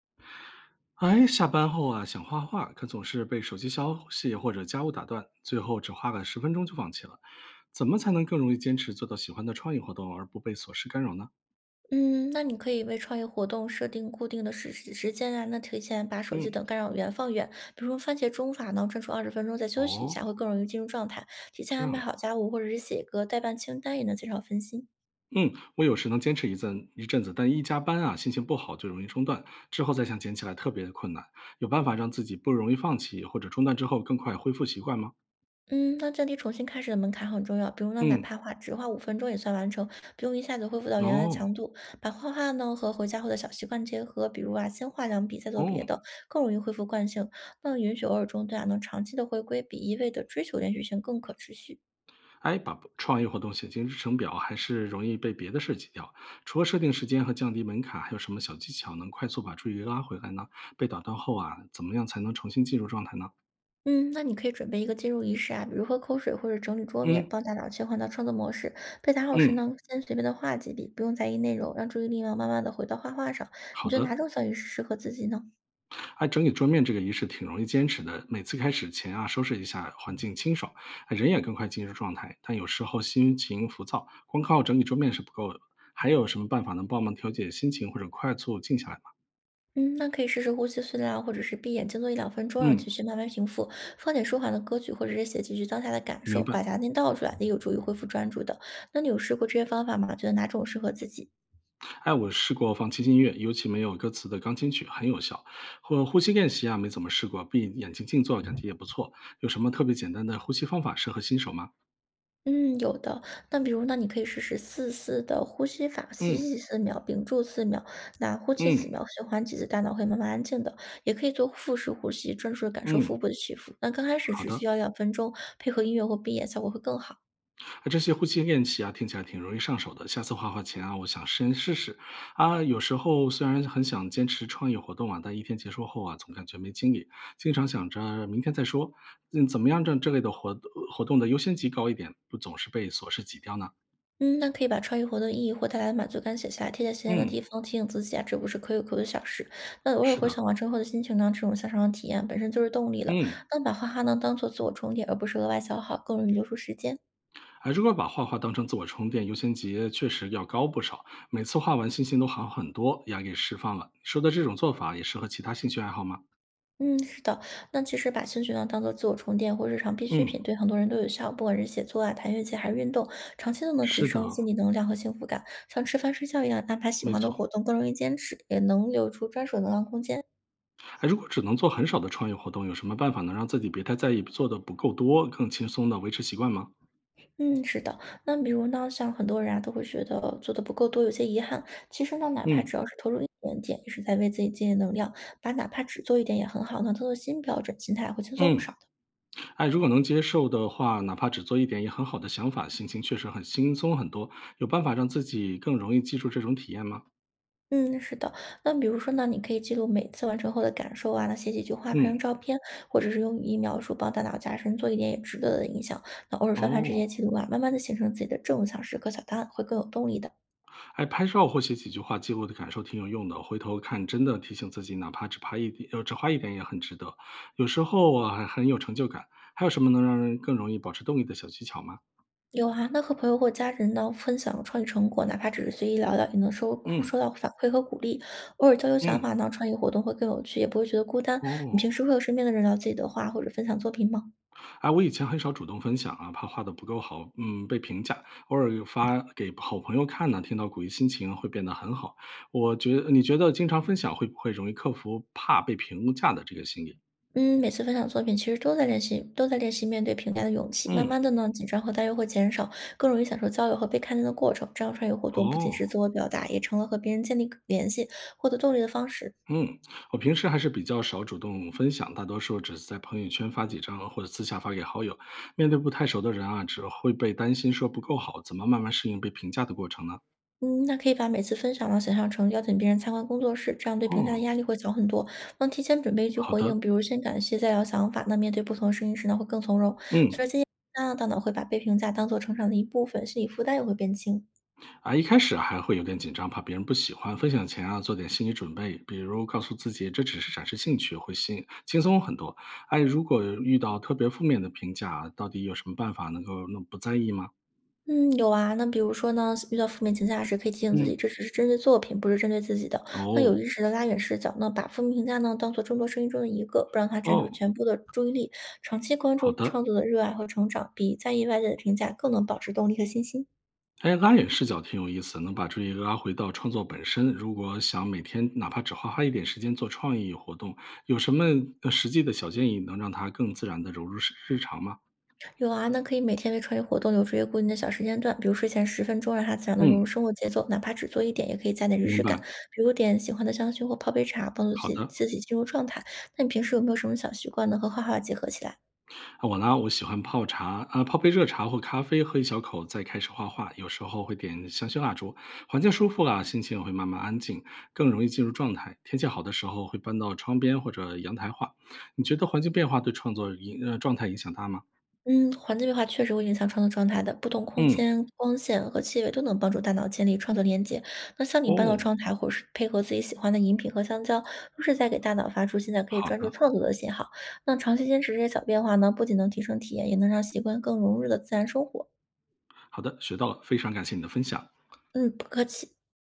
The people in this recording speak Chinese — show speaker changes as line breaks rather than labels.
哎，下班后啊，想画画，可总是被手机消息或者家务打断，最后只花个10分钟就放弃了。怎么才能更容易坚持做到喜欢的创意活动，而不被琐事干扰呢？
嗯，那你可以为创业活动设定固定的时间啊，那提前把手机
嗯。
等干扰源放远，比如番茄钟法呢，专注20分钟再休息一下，
哦。
会更容易进入状态。提前
这
安
样
排
的。
好家务或者是写个代办清单，也能减少分心。
嗯，我有时能坚持一阵子，但一加班啊，心情不好就容易中断，之后再想捡起来特别的困难。有办法让自己不容易放弃或者中断之后更快恢复习惯吗？
嗯，那降低重新开始的门槛很重要，比如呢，哪
嗯。
怕画只画5分钟也算完成，不用一下子恢复到原来的
哦。
强度。把画画呢和回家后的小习惯结合，比如啊，先画两笔再做别
哦。
的，更容易恢复惯性。那允许偶尔中断啊，能长期的回归，比一味的追求连续性更可持续。
哎，把创意活动写进日程表，还是容易被别的事挤掉。除了设定时间和降低门槛，还有什么小技巧能快速把注意力拉回来呢？被打断后啊，怎么样才能重新进入状态呢？
嗯，那你可以准备一个进入仪式啊，比如喝口水或者整理桌面，
嗯
帮大脑切换到创作模式。被打扰时
嗯，
呢，先随便的画几笔，不用在意内容，让注意力呢慢慢的回到画画上。你
好
觉得
的。
哪种小仪式适合自己呢？
哎，整理桌面这个仪式挺容易坚持的，每次开始前啊，收拾一下，环境清爽，哎人也更快进入状态。但有时候心情浮躁，光靠整理桌面是不够的。还有什么办法能帮忙调节心情或者快速静下来吗？
嗯，那可以试试呼吸训练啊，或者是闭眼静坐1到2分钟，让
嗯，
情绪慢慢平复。放点舒缓的歌曲，或者是写几句当下的感受，
明白。
把杂念倒出来，也有助于恢复专注的。那你有试过这些方法吗？觉得哪种适合自己？
哎，我试过放轻音乐，尤其没有歌词的钢琴曲很有效。或呼吸练习啊，没怎么试过，闭眼睛静坐感觉也不错。有什么特别简单的呼吸方法适合新手吗？
嗯，有的。那比如呢，你可以试试四四的呼吸法，吸
嗯
气四秒，屏住四秒，那呼气四
嗯
秒，循环几次，大脑会慢慢安静的。也可以做腹式呼吸，专注的感受腹
嗯，
部的起伏。那刚开始
好
只需
的。
要两分钟，配合音乐或闭眼，效果会更好。
啊，这些呼吸练习啊，听起来挺容易上手的。下次画画前啊，我想先试试。啊，有时候虽然很想坚持创业活动啊，但一天结束后啊，总感觉没精力，经常想着明天再说。嗯，怎么样让这类的活动的优先级高一点，不总是被琐事挤掉呢？
嗯，那可以把创意活动意义或带来的满足感写下来，贴在显眼的
嗯，
地方，提醒自己啊，这不是可有可无的小事。那偶尔
是
回
的。
想完成后的心情呢，这种向上的体验本身就是动力了。
嗯。
那把哈哈呢当做自我充电，而不是额外消耗，更容易留出时间。
啊，如果把画画当成自我充电，优先级确实要高不少。每次画完，心情都好很多，压力释放了。说的这种做法也适合其他兴趣爱好吗？
嗯，是的，那其实把兴趣呢当做自我充电或日常必需
嗯，
品，对很多人都有效。不管是写作啊、弹乐器还是运动，长期都能提
是的，
升心理能量和幸福感。像吃饭睡觉一样，安排喜
没
欢的
错。
活动更容易坚持，也能留出专属能量空间。
哎，如果只能做很少的创意活动，有什么办法能让自己别太在意做的不够多，更轻松的维持习惯吗？
嗯，是的。那比如呢，像很多人啊都会觉得做的不够多，有些遗憾。其实呢，哪怕
嗯
只要是投入一点点，也是在为自己积累能量。把哪怕只做一点也很好呢，当做新标准，心态会轻松不
嗯。
少。
哎，如果能接受的话，哪怕只做一点也很好的想法，心情确实很轻松很多。有办法让自己更容易记住这种体验吗？
嗯，是的。那比如说呢，你可以记录每次完成后的感受啊，那写几句话拍
嗯。
张照片，或者是用语音描述，帮大脑加深做一点也值得的影响。那偶尔翻翻这
哦。
些记录啊，慢慢的形成自己的正向时刻小档案，会更有动力的。
哎，拍照或写几句话记录的感受挺有用的，回头看真的提醒自己，哪怕只拍一点，只花一点也很值得。有时候啊，还很有成就感。还有什么能让人更容易保持动力的小技巧吗？
有啊，那和朋友或家人呢分享创意成果，哪怕只是随意聊聊，也能收
嗯
收到反馈和鼓励。偶尔交流想
嗯。
法呢，创意活动会更有趣，也不会觉得孤单。你
哦。
平时会和身边的人聊自己的话，或者分享作品吗？
哎，我以前很少主动分享啊，怕画的不够好，嗯，被评价。偶尔有发给好朋友看呢，听到鼓励，心情会变得很好。你觉得经常分享会不会容易克服怕被评价的这个心理？
嗯，每次分享作品其实都在练习，都在练习面对评价的勇气。慢
嗯。
慢的呢，紧张和担忧会减少，更容易享受交流和被看见的过程。这样创业活动不仅
哦。
是自我表达，也成了和别人建立联系、获得动力的方式。
嗯，我平时还是比较少主动分享，大多数只是在朋友圈发几张，或者私下发给好友。面对不太熟的人啊，只会被担心说不够好，怎么慢慢适应被评价的过程呢？
嗯，那可以把每次分享呢想象成邀请别人参观工作室，这样对评价的
哦。
压力会小很多。能提前准备一句
好
回
的。
应，比如先感谢，再聊想法。那面对不同的声音时呢，会更从容，
嗯。
那大脑会把被评价当做成长的一部分，心理负担也会变轻。
啊，一开始还会有点紧张，怕别人不喜欢。分享前啊，做点心理准备，比如告诉自己这只是展示兴趣，会心轻松很多。哎，如果遇到特别负面的评价，到底有什么办法能够那不在意吗？
嗯，有啊。那比如说呢，遇到负面评价时，可以提醒自己，
嗯。
这只是针对作品，不是针对自己的。那有
哦。
意识的拉远视角那把负面评价呢当做众多声音中的一个，不让它占住
哦。
全部的注意力。长期关注
好的。
创作的热爱和成长，比在意外界的评价更能保持动力和信心。
哎，拉远视角挺有意思，能把注意力拉回到创作本身。如果想每天哪怕只花一点时间做创意活动，有什么呃实际的小建议能让它更自然的融入日常吗？
有啊，那可以每天为创意活动留出一个固定的小时间段，比如睡前十分钟，让它自然的融入
嗯，
生活节奏，哪怕只做一点，也可以加点仪式
明白。
感，比如点喜欢的香薰或泡杯茶，帮助自
好
己
的。
自己进入状态。那你平时有没有什么小习惯呢？和画画结合起来？
啊我呢，我喜欢泡茶啊，泡杯热茶或咖啡，喝一小口，再开始画画。有时候会点香薰蜡烛，环境舒服了，心情也会慢慢安静，更容易进入状态。天气好的时候会搬到窗边或者阳台画。你觉得环境变化对创作状态影响大吗？
嗯，环境变化确实会影响创作状态的。不同空
嗯。
间、光线和气味都能帮助大脑建立创作连接。那像你搬到
哦。
窗台，或是配合自己喜欢的饮品和香蕉，都是在给大脑发出现在可以
好
专注
的。
创作的信号。那长期坚持这些小变化呢，不仅能提升体验，也能让习惯更融入的自然生活。
好的，学到了，非常感谢你的分享。
嗯，不客气。